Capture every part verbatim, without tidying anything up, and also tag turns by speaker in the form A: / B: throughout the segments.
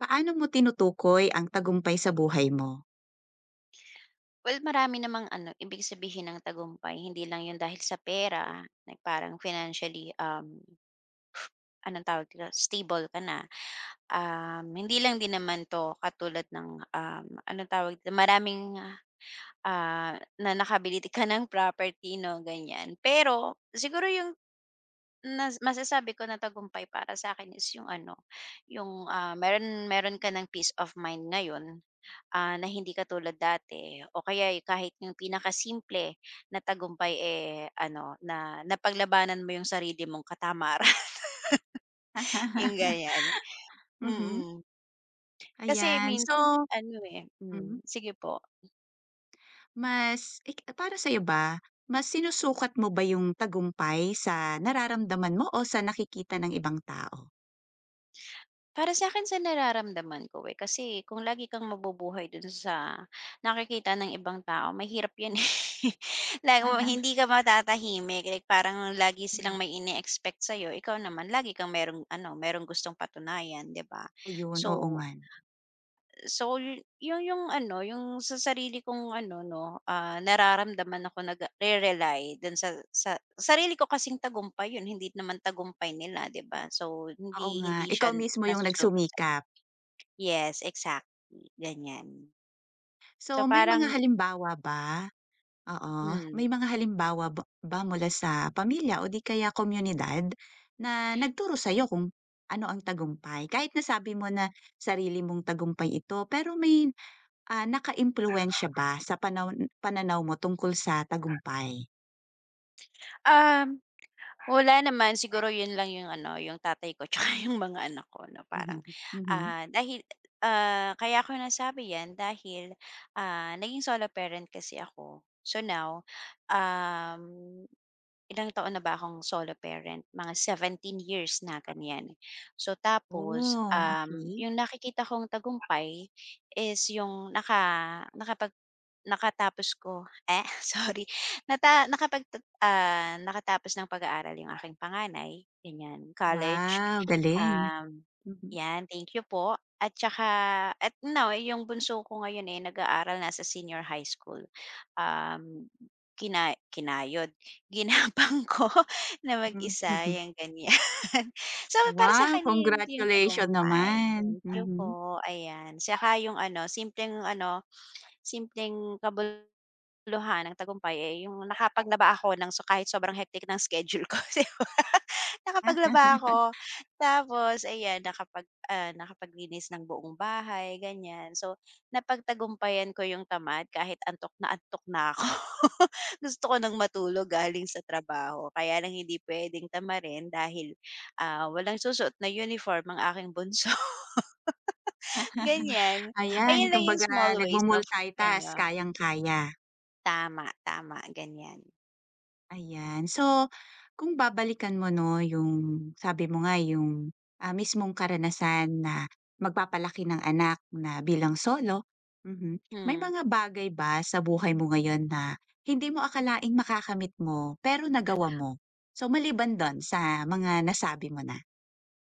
A: Paano mo tinutukoy ang tagumpay sa buhay mo?
B: Well, marami namang ano, ibig sabihin ng tagumpay. Hindi lang 'yun dahil sa pera, na parang financially, um, anong tawag dito, stable ka na. Um, hindi lang din naman 'to katulad ng, um, anong tawag dito, maraming, ah, na nakabili ka ng property 'no, ganyan. Pero siguro 'yung nas masasabi ko na tagumpay para sa akin is 'yung ano, 'yung, ah, meron meron ka ng peace of mind ngayon. Ah, na hindi katulad dati o kaya y- kahit yung pinakasimple na tagumpay, eh, ano na napaglabanan mo yung sarili mong katamaran, yung ganyan.
A: Mhm,
B: Mm. Kasi
A: ayan. So
B: minsan ano, eh
A: mhm,
B: hmm, sige po.
A: mas ik para sa'yo ba, mas sinusukat mo ba yung tagumpay sa nararamdaman mo o sa nakikita ng ibang tao?
B: Para sa akin sa nararamdaman ko, eh, kasi kung lagi kang mabubuhay dun sa nakikita ng ibang tao mahirap yun, eh. Like mo hindi ka matatahimik, like parang lagi silang
A: Mhm,
B: may ine-expect sa'yo, ikaw naman lagi kang merong ano, merong gustong patunayan, 'di ba?
A: ayun, oo
B: So
A: nga. No.
B: so yu yun yung ano, yung sa sarili kong ano 'no, ah, nararamdaman ako nag rely dun sa sa sarili ko kasing tagumpay yun, hindi naman tagumpay nila, 'di ba? So hindi
A: Oo nga,
B: hindi siya
A: ikaw mismo yung
B: nasusukat sa.
A: nagsumikap.
B: Yes, exactly, ganyan.
A: So
B: So,
A: may mga
B: parang
A: halimbawa ba? Oo.
B: hmm,
A: May mga halimbawa ba ba mula sa pamilya o di kaya komunidad na nagturo sa'yo kung ano ang tagumpay? Kahit nasabi mo na sarili mong tagumpay ito, pero may, ah, nakaimpluwensiya ba sa panaw pananaw mo tungkol sa tagumpay?
B: um, wala naman, siguro 'yun lang 'yung ano, 'yung tatay ko tsaka 'yung mga anak ko na
A: Mhm,
B: parang,
A: mhm.
B: ah, dahil, ah, kaya ko nasabi 'yan dahil, ah, naging solo parent kasi ako. So now, um, ilang taon na ba akong solo parent, mga seventeen years na ganiyan. So tapos,
A: Oh,
B: um,
A: okay.
B: 'yung nakikita kong tagumpay is 'yung naka nakapag nakatapos ko eh, sorry, Nata nakapagta ah, nakatapos ng pag-aaral yung aking panganay, ganyan, college.
A: Wow, galing.
B: Um,
A: Mhm, hmm.
B: 'Yan, thank you po. At tsaka at now eh, yung bunso ko ngayon, eh, nag-aaral na sa senior high school. Um, kina kinayod, ginapang ko na mag-isa, yang ganyan. So, para sa
A: Wow,
B: akin yun yung
A: congratulations
B: tagumpay.
A: naman.
B: Thank you
A: Mhm.
B: po, ayan. Saka yung ano, simpleng ano simpleng kabuluhan ng tagumpay, eh, yung nakapaglaba ako ng so kahit sobrang hectic ng schedule ko. Nakapaglaba ako, tapos ayan nakapag, ah, nakapaglinis ng buong bahay ganyan. So, napagtagumpayan ko yung tamad kahit antok na antok na ako. Gusto ko ng matulog galing sa trabaho kaya lang hindi puwedeng tamarin dahil, ah, walang susuot na uniform ang aking bunso, ganyan.
A: Ayan,
B: Ayun lang yung
A: kumbaga
B: small ways of
A: nagmu-multitask,
B: ano.
A: kayang-kaya.
B: Tama, tama ganyan.
A: Ayan. So, kung babalikan mo 'no, yung sabi mo nga yung, ah, mismong karanasan na magpapalaki ng anak na bilang solo. Mhm. May
B: Hmm.
A: mga bagay ba sa buhay mo ngayon na hindi mo akalaing makakamit mo, pero nagawa mo? So, maliban dun sa mga nasabi mo na,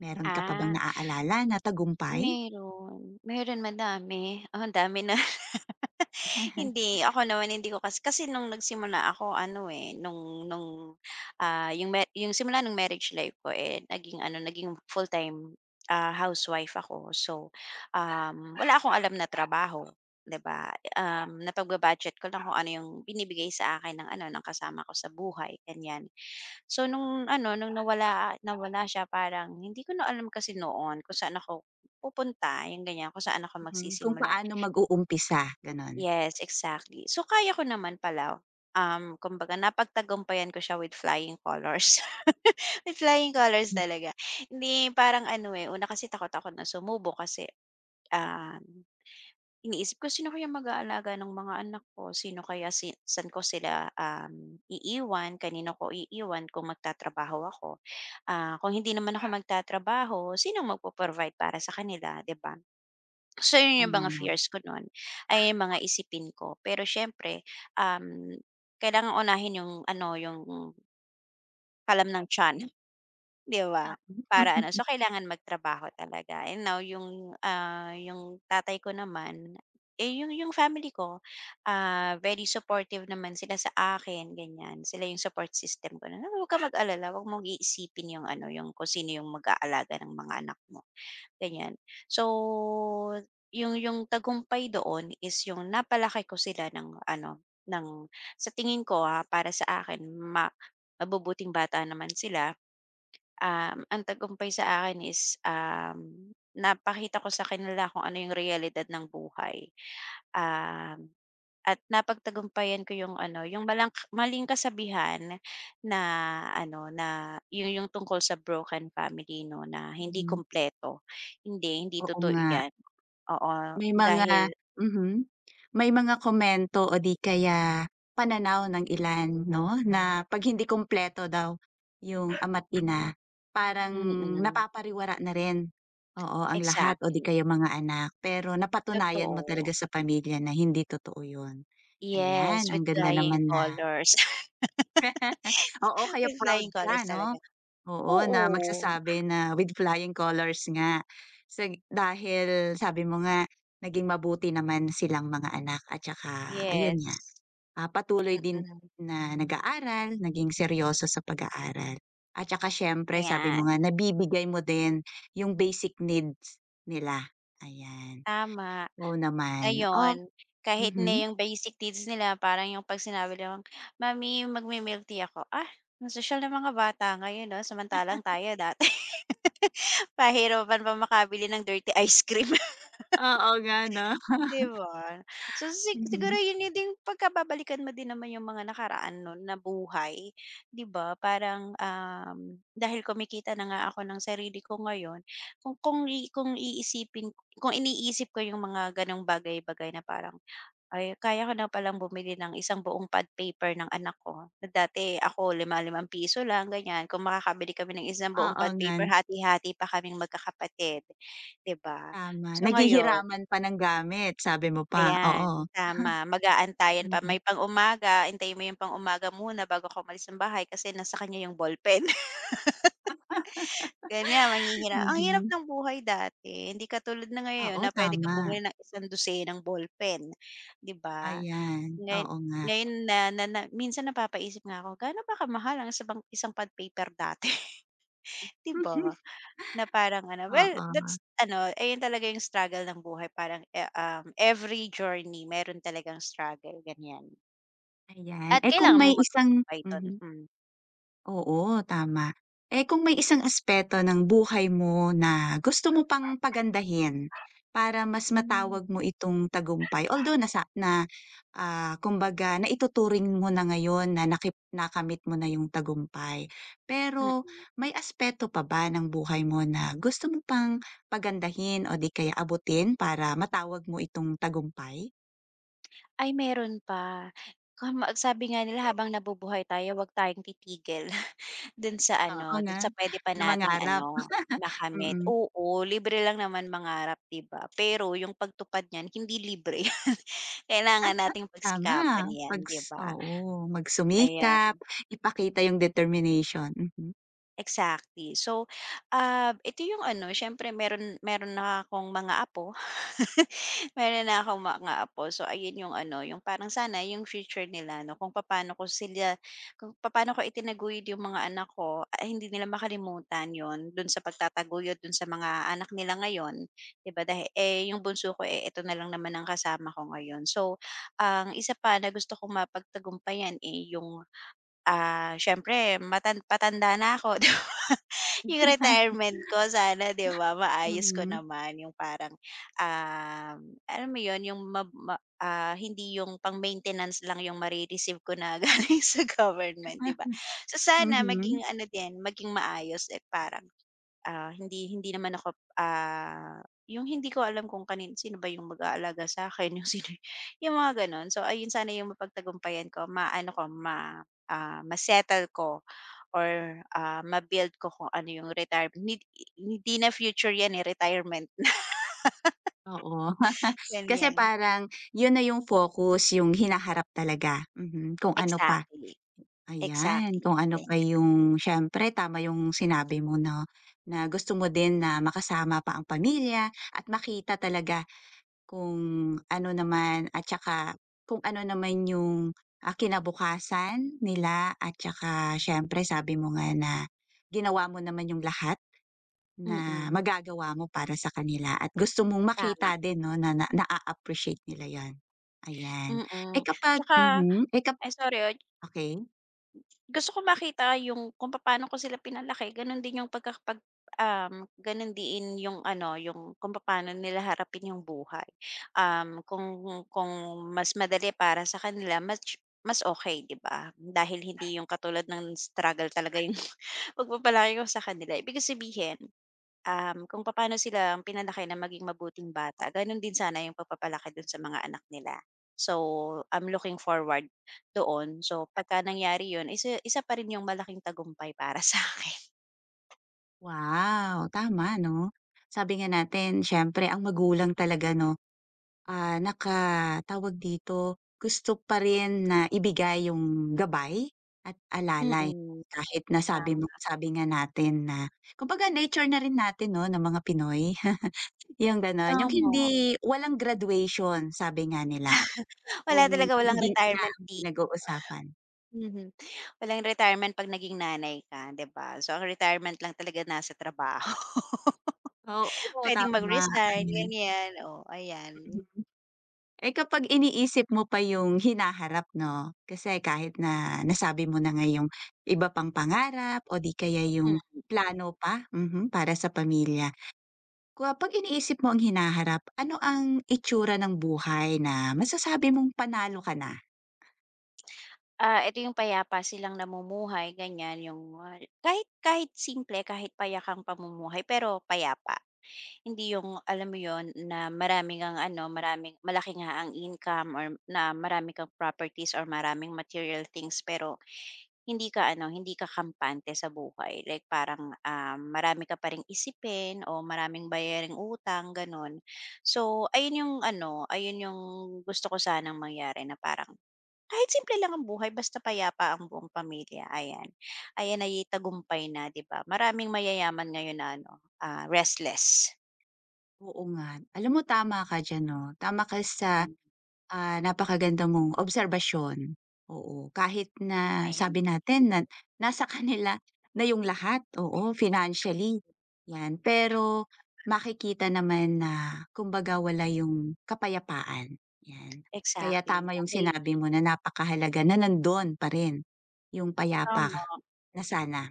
A: meron ka pa bang
B: Ah,
A: naaalala na tagumpay?
B: meron, meron madami. Oh, ang dami na. Hindi, ako naman hindi ko kasi kasi nung nagsimula ako ano, eh, nung nung, ah, yung me yung simula ng marriage life ko, eh, naging ano, naging full-time, ah, housewife ako. So, um, wala akong alam na trabaho, 'di ba? Um, napagba-budget ko lang kung ano yung binibigay sa akin ng ano, ng kasama ko sa buhay, ganyan. So, nung ano, nung nawala nawala siya parang hindi ko na alam kasi noon kung saan ako pupunta, yung ganyan, kung saan ako
A: Mhm, kung
B: magsisimula.
A: paano mag-uumpisa, gano'n?
B: Yes, exactly. So, kaya ko naman pala, um, kumbaga napagtagumpayan ko siya with flying colors. With flying colors
A: Hmm.
B: talaga. Hindi parang ano, eh, una kasi takot ako na sumubo kasi, um, iniisip ko, "Sino kaya mag-aalaga ng mga anak ko? Sino kaya si saan ko sila, um, iiwan? Kanino ko iiwan kung magtatrabaho ako? Ah, kung hindi naman ako magtatrabaho, sino magpo-provide para sa kanila, 'di ba?" So, yun
A: Oo
B: yung
A: nga
B: mga
A: 'no.
B: fears ko nun, ay yung mga isipin ko. Pero siyempre, um, kailangan unahin yung ano, yung kalam ng tiyan, 'di ba? Para ano,
A: Oo.
B: so kailangan magtrabaho talaga. And now yung, ah, yung tatay ko naman, eh, yung yung family ko, ah, very supportive naman sila sa akin, ganyan. Sila yung support system ko na, "Huwag kang mag-alala, 'wag mong iisipin yung ano, yung kung sino yung mag-aalaga ng mga anak mo." Ganyan. So, yung yung tagumpay doon is yung napalaki ko sila ng ano, ng sa tingin ko, ah, para sa akin ma mabubuting bata naman sila. Um, ang tagumpay sa akin is, um, napakita ko sa kanila kung ano yung realidad ng buhay. Um, at napagtagumpayan ko yung ano, yung malang maling kasabihan na ano, na yun yung tungkol sa broken family 'no, na hindi
A: Mhm.
B: kumpleto. Hindi, hindi
A: Oo
B: totoo
A: nga.
B: 'yan. Oo,
A: May mga
B: dahil
A: mhm. May mga komento o di kaya pananaw ng ilan 'no, na 'pag hindi kumpleto daw yung ama't ina, parang
B: mm,
A: napapariwara na rin, oo, ang lahat o di
B: exactly,
A: kaya mga anak. Pero napatunayan mo
B: totoo.
A: talaga sa pamilya na hindi totoo yun. Ayan,
B: Yes, with
A: ang ganda
B: flying
A: naman na
B: colors.
A: oo, kaya
B: With
A: proud
B: flying colors
A: ka 'no?
B: talaga.
A: Oo, na
B: Oo,
A: magsasabi na with flying colors nga. Sa dahil sabi mo nga, naging mabuti naman silang mga anak at saka ayun nga,
B: yes.
A: ah, patuloy din
B: Mm,
A: na nag-aaral, naging seryoso sa pag-aaral. At saka siyempre sabi
B: ayan,
A: mo nga, nabibigay mo din yung basic needs nila, ayan.
B: tama.
A: Oo naman. Oh,
B: Ngayon, kahit na
A: mhm.
B: yung basic needs nila parang yung 'pag sinabi nilang, "Mommy magmi-milk tea ako." Ah, ang sosyal ng mga bata ngayon 'no, samantalang tayo dati, pahirapan pa makabili ng dirty ice cream.
A: Oo nga 'no,
B: 'Di ba? So, si siguro
A: mhm.
B: yun yun din pagkababalikan mo din naman yung mga nakaraan nun na buhay, 'di ba? Parang, um, dahil kumikita na nga ako ng sarili ko ngayon, kung kung i kung iisipin kung iniisip ko yung mga gano'ng bagay-bagay na parang, "Ay, kaya ko na palang bumili ng isang buong pad paper ng anak ko." Na dati ako lima ₱limang piso lang, ganyan. Kung makakabili kami ng isang buong
A: Oo
B: pad
A: nga,
B: paper, hati-hati pa kaming magkakapatid, 'di ba?
A: tama.
B: So, ngayon.
A: Naghihiraman pa ng gamit, sabi mo pa,
B: Ayan,
A: oo.
B: tama. Mag-aantayan pa, may
A: Mhm.
B: pang-umaga, antayin mo yung pang-umaga muna bago ka umalis ng bahay kasi nasa kanya yung ballpen. Ganyan, manghihina ang hirap
A: Mhm.
B: ng buhay dati, hindi katulad na ngayon
A: Oo,
B: na puwede kang
A: tama.
B: bumili ng isang dosenang ballpen, 'di ba?
A: Ayan,
B: Ngayon
A: oo nga.
B: ngayon na na na minsan napapaisip nga ako, gaano ba kamahal ang isa isang pad paper dati, 'di ba? Na parang ano, well,
A: Oo,
B: that's ano, ayun talaga yung struggle ng buhay parang, eh, um, every journey meron talagang struggle, ganyan.
A: ayan.
B: At
A: Eh, kung
B: kailangan
A: may
B: mong
A: isang
B: magtagumpay dun,
A: mhm.
B: hmm.
A: Oo, tama. Eh, kung may isang aspeto ng buhay mo na gusto mo pang pagandahin para mas
B: Hmm.
A: matawag mo itong tagumpay, although nasa na, ah, kumbaga naituturing mo na ngayon na nakip nakamit mo na yung tagumpay. Pero
B: Mm.
A: may aspeto pa ba ng buhay mo na gusto mo pang pagandahin o di kaya abutin para matawag mo itong tagumpay?
B: Ay meron pa, kama sabi nga nila habang nabubuhay tayo wag tayong titigil dun sa
A: Oo
B: ano, dun
A: nga,
B: sa pwede pa
A: na
B: nating
A: mangarap,
B: ano, makamit.
A: mm.
B: Oo, libre lang naman mangarap 'di ba, pero yung pagtupad niyan hindi libre yan. Kailangan nating
A: Tama,
B: pagsikapan yan
A: pags
B: 'di ba,
A: oo,
B: ayan.
A: magsumikap, ipakita yung determination, mhm.
B: Exactly. So, ah, ito yung ano, siyempre meron meron na akong mga apo. Meron na akong mga apo. So, ayun yung ano, yung parang sana yung future nila, no, kung papaano ko sila, kung papaano ko itinaguyod yung mga anak ko, ay, hindi nila makalimutan yon dun sa pagtataguyod dun sa mga anak nila ngayon. 'Di ba. Dahil, eh, yung bunso ko, eh, ito na lang naman ang kasama ko ngayon. So, ang isa pa na gusto kong mapagtagumpayan, eh, yung. Ah, siyempre matan patanda na ako, 'di ba? Yung retirement ko sana, 'di ba, maayos ko
A: Mhm,
B: naman yung parang, um, alam mo yun, yung mab ma ah, hindi yung pang-maintenance lang yung mare ko na galing sa government, 'di ba? So, sana maging
A: mhm,
B: ano din, maging maayos at parang. Ah, hindi hindi naman ako, ah, yung hindi ko alam kung kanin sino ba yung mag-aalaga sa'kin, yung sino yung mga gano'n. So, ayun sana yung mapagtagumpayan ko, maano ko, ma ah, ma-settle ko or, ah, ma-build ko kung ano yung retirement need. Hindi na future 'yan, eh, retirement na,
A: oo. Kasi
B: ganyan.
A: parang yun na yung focus, yung hinaharap talaga, mhm, kung ano pa,
B: Exactly,
A: ayan,
B: exactly,
A: kung ano pa
B: ganyan.
A: yung siyempre tama yung sinabi mo 'no, na gusto mo din na makasama pa ang pamilya at makita talaga kung ano naman at saka kung ano naman yung, ah, kinabukasan nila at saka siyempre sabi mo nga na ginawa mo naman yung lahat na
B: Mm,
A: magagawa mo para sa kanila at gusto mong
B: tama,
A: makita din 'no na na naa-appreciate nila 'yon, ayan. Eh,
B: mm.
A: kapag
B: Tsaka
A: mhm, eh, kap
B: ay, sorry, oh.
A: okay
B: Gusto ko makita yung kung paano ko sila pinalaki ganun din yung pagkakapag um, ganun din yung ano, yung kung paano nila harapin yung buhay. Um, kung kung mas madali para sa kanila mas mas okay 'di ba? Dahil hindi yung katulad ng struggle talaga yung pagpapalaki ko sa kanila. Ibig sabihin. Um, kung paano sila ang pinalaki na maging mabuting bata, gano'n din sana yung pagpapalaki do'n sa mga anak nila. So, I'm looking forward doon. So, pagka nangyari 'yun, isa isa pa rin yung malaking tagumpay para sa akin.
A: wow, tama 'no. Sabi nga natin, siyempre ang magulang talaga 'no. Ah, nakatawag dito, gusto pa rin na ibigay yung gabay at alalay,
B: Mm,
A: kahit na sabi mo,
B: tama,
A: sabi nga natin na kumbaga nature na rin natin 'no ng mga Pinoy, yung gano'n, yung
B: tama.
A: hindi walang graduation sabi nga nila
B: Wala
A: kung
B: talaga, walang
A: pagiging ina
B: retirement
A: ang
B: age.
A: pinag-uusapan.
B: Mhm, walang retirement 'pag naging nanay ka, 'di ba? So, ang retirement lang talaga nasa trabaho.
A: Oo,
B: Puwedeng
A: tama,
B: mag-resign,
A: ayan.
B: ganiyan. Oh, ayan.
A: Eh, kapag iniisip mo pa yung hinaharap 'no, kasi kahit na nasabi mo na nga yung iba pang pangarap o di kaya yung plano pa, mhm, para sa pamilya. Kapag iniisip mo ang hinaharap, ano ang itsura ng buhay na masasabi mong panalo ka na?
B: Ah, eto yung payapa silang namumuhay ganyan yung, ah, kahit kahit simple, kahit payakang pamumuhay pero payapa. Hindi yung alam mo yon na marami ang ano, maraming malaki nga ang income or na marami kang properties or maraming material things pero hindi ka ano, hindi ka kampante sa buhay. Like parang, ah, marami ka pa ring isipin o maraming bayaring utang, gano'n. So ayun yung ano, ayun yung gusto ko sanang mangyari na parang kahit simple lang ang buhay basta payapa ang buong pamilya, ayan. Ayan ay tagumpay na, 'di ba? Maraming mayayaman ngayon na ano, ah, restless.
A: Oo nga, alam mo, tama ka diyan 'no, tama ka sa,
B: Hmm,
A: Ah, napakaganda mong obserbasyon, oo. Kahit na
B: ayan.
A: sabi natin na nasa kanila na yung lahat, oo, financially, 'yan. Pero makikita naman na kumbaga wala yung kapayapaan, 'yan. Kaya
B: Exactly,
A: tama yung
B: dahil
A: sinabi mo na napakahalaga na nandun pa rin yung payapa
B: tama,
A: na sana.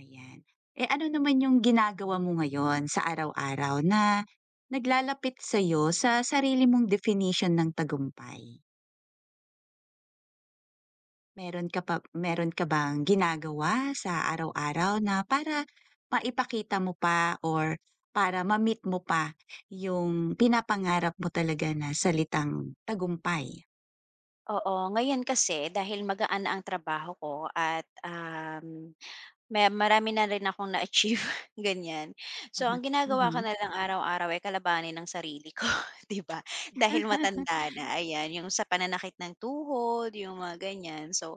A: Ayan. Eh, ano naman yung ginagawa mo ngayon sa araw-araw na naglalapit sa'yo sa sarili mong definition ng tagumpay? Meron ka pa meron ka bang ginagawa sa araw-araw na para maipakita mo pa or para ma-meet mo pa yung pinapangarap mo talaga na salitang tagumpay?
B: oo. Ngayon kasi dahil magaan na ang trabaho ko at, um may marami na rin akong na-achieve ganyan. So ang
A: Mhm,
B: ginagawa ko
A: mhm.
B: na lang araw-araw ay kalabanin ng sarili ko, 'di ba? Dahil matanda na, ayan, yung sa pananakit ng tuhod, yung mga ganyan. So,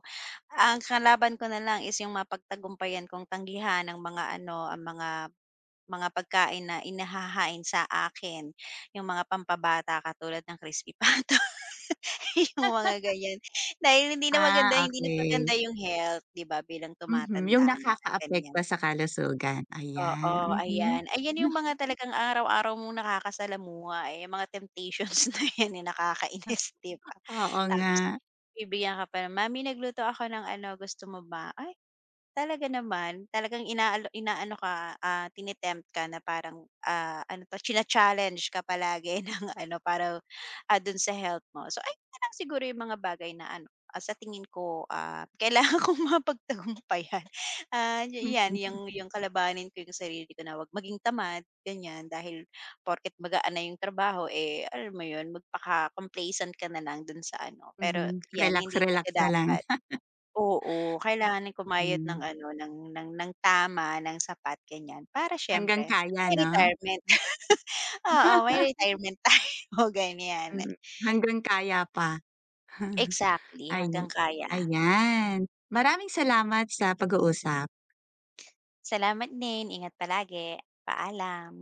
B: ang kalaban ko na lang is yung mapagtagumpayan kong tanggihan ng mga ano, ang mga mga pagkain na inahahain sa akin, yung mga pampabata katulad ng crispy pato, yung mga ganyan. Dahil hindi na
A: Ah,
B: maganda, hindi na
A: okey.
B: paganda yung health, 'di ba, bilang
A: Mhm, yung
B: tumatanda na, ganyan.
A: nakakaapekto sa kalusugan,
B: Oo,
A: ayan, mhm.
B: ayan. Ayan yung mga talagang araw-araw mong nakakasalamuha, eh, yung mga temptations na yan, eh, nakakainis, 'di ba?
A: Oo nga.
B: Tapos bibigyan ka pa ng, "Mommy nagluto ako ng ano, gusto mo ba?" Talaga naman, talagang inaalo inaano ka, ah, tine-tempt ka na parang, ah, ano 'to, china-challenge ka palagi ng ano para, ah, dun sa health mo. So ayun na lang siguro yung mga bagay na ano, ah, sa tingin ko, ah, kailangan kong mapagtagumpayan. Ah, ya Yan
A: Mm,
B: yung. Mm. Yung kalabanin ko yung sarili ko na 'wag maging tamad, ganyan. Dahil porket magaan na yung trabaho, eh, alam mo yun, magpaka-complacent ka na lang dun sa ano. Pero
A: mhm.
B: yan,
A: Relax,
B: hindi
A: relax
B: talaga
A: na lang.
B: dapat. Oo, kailangan kumayod ng
A: Hmm,
B: ano, ng ng ng tama, ng sapat, ganyan. Para
A: hanggang
B: siyempre
A: kaya
B: may
A: 'no?
B: retirement. Oo, may retirement tayo, ganyan.
A: Mm, hanggang kaya pa.
B: Exactly,
A: Ay,
B: hanggang kaya.
A: ayan. Maraming salamat sa pag-uusap.
B: Salamat din, ingat palagi. Paalam.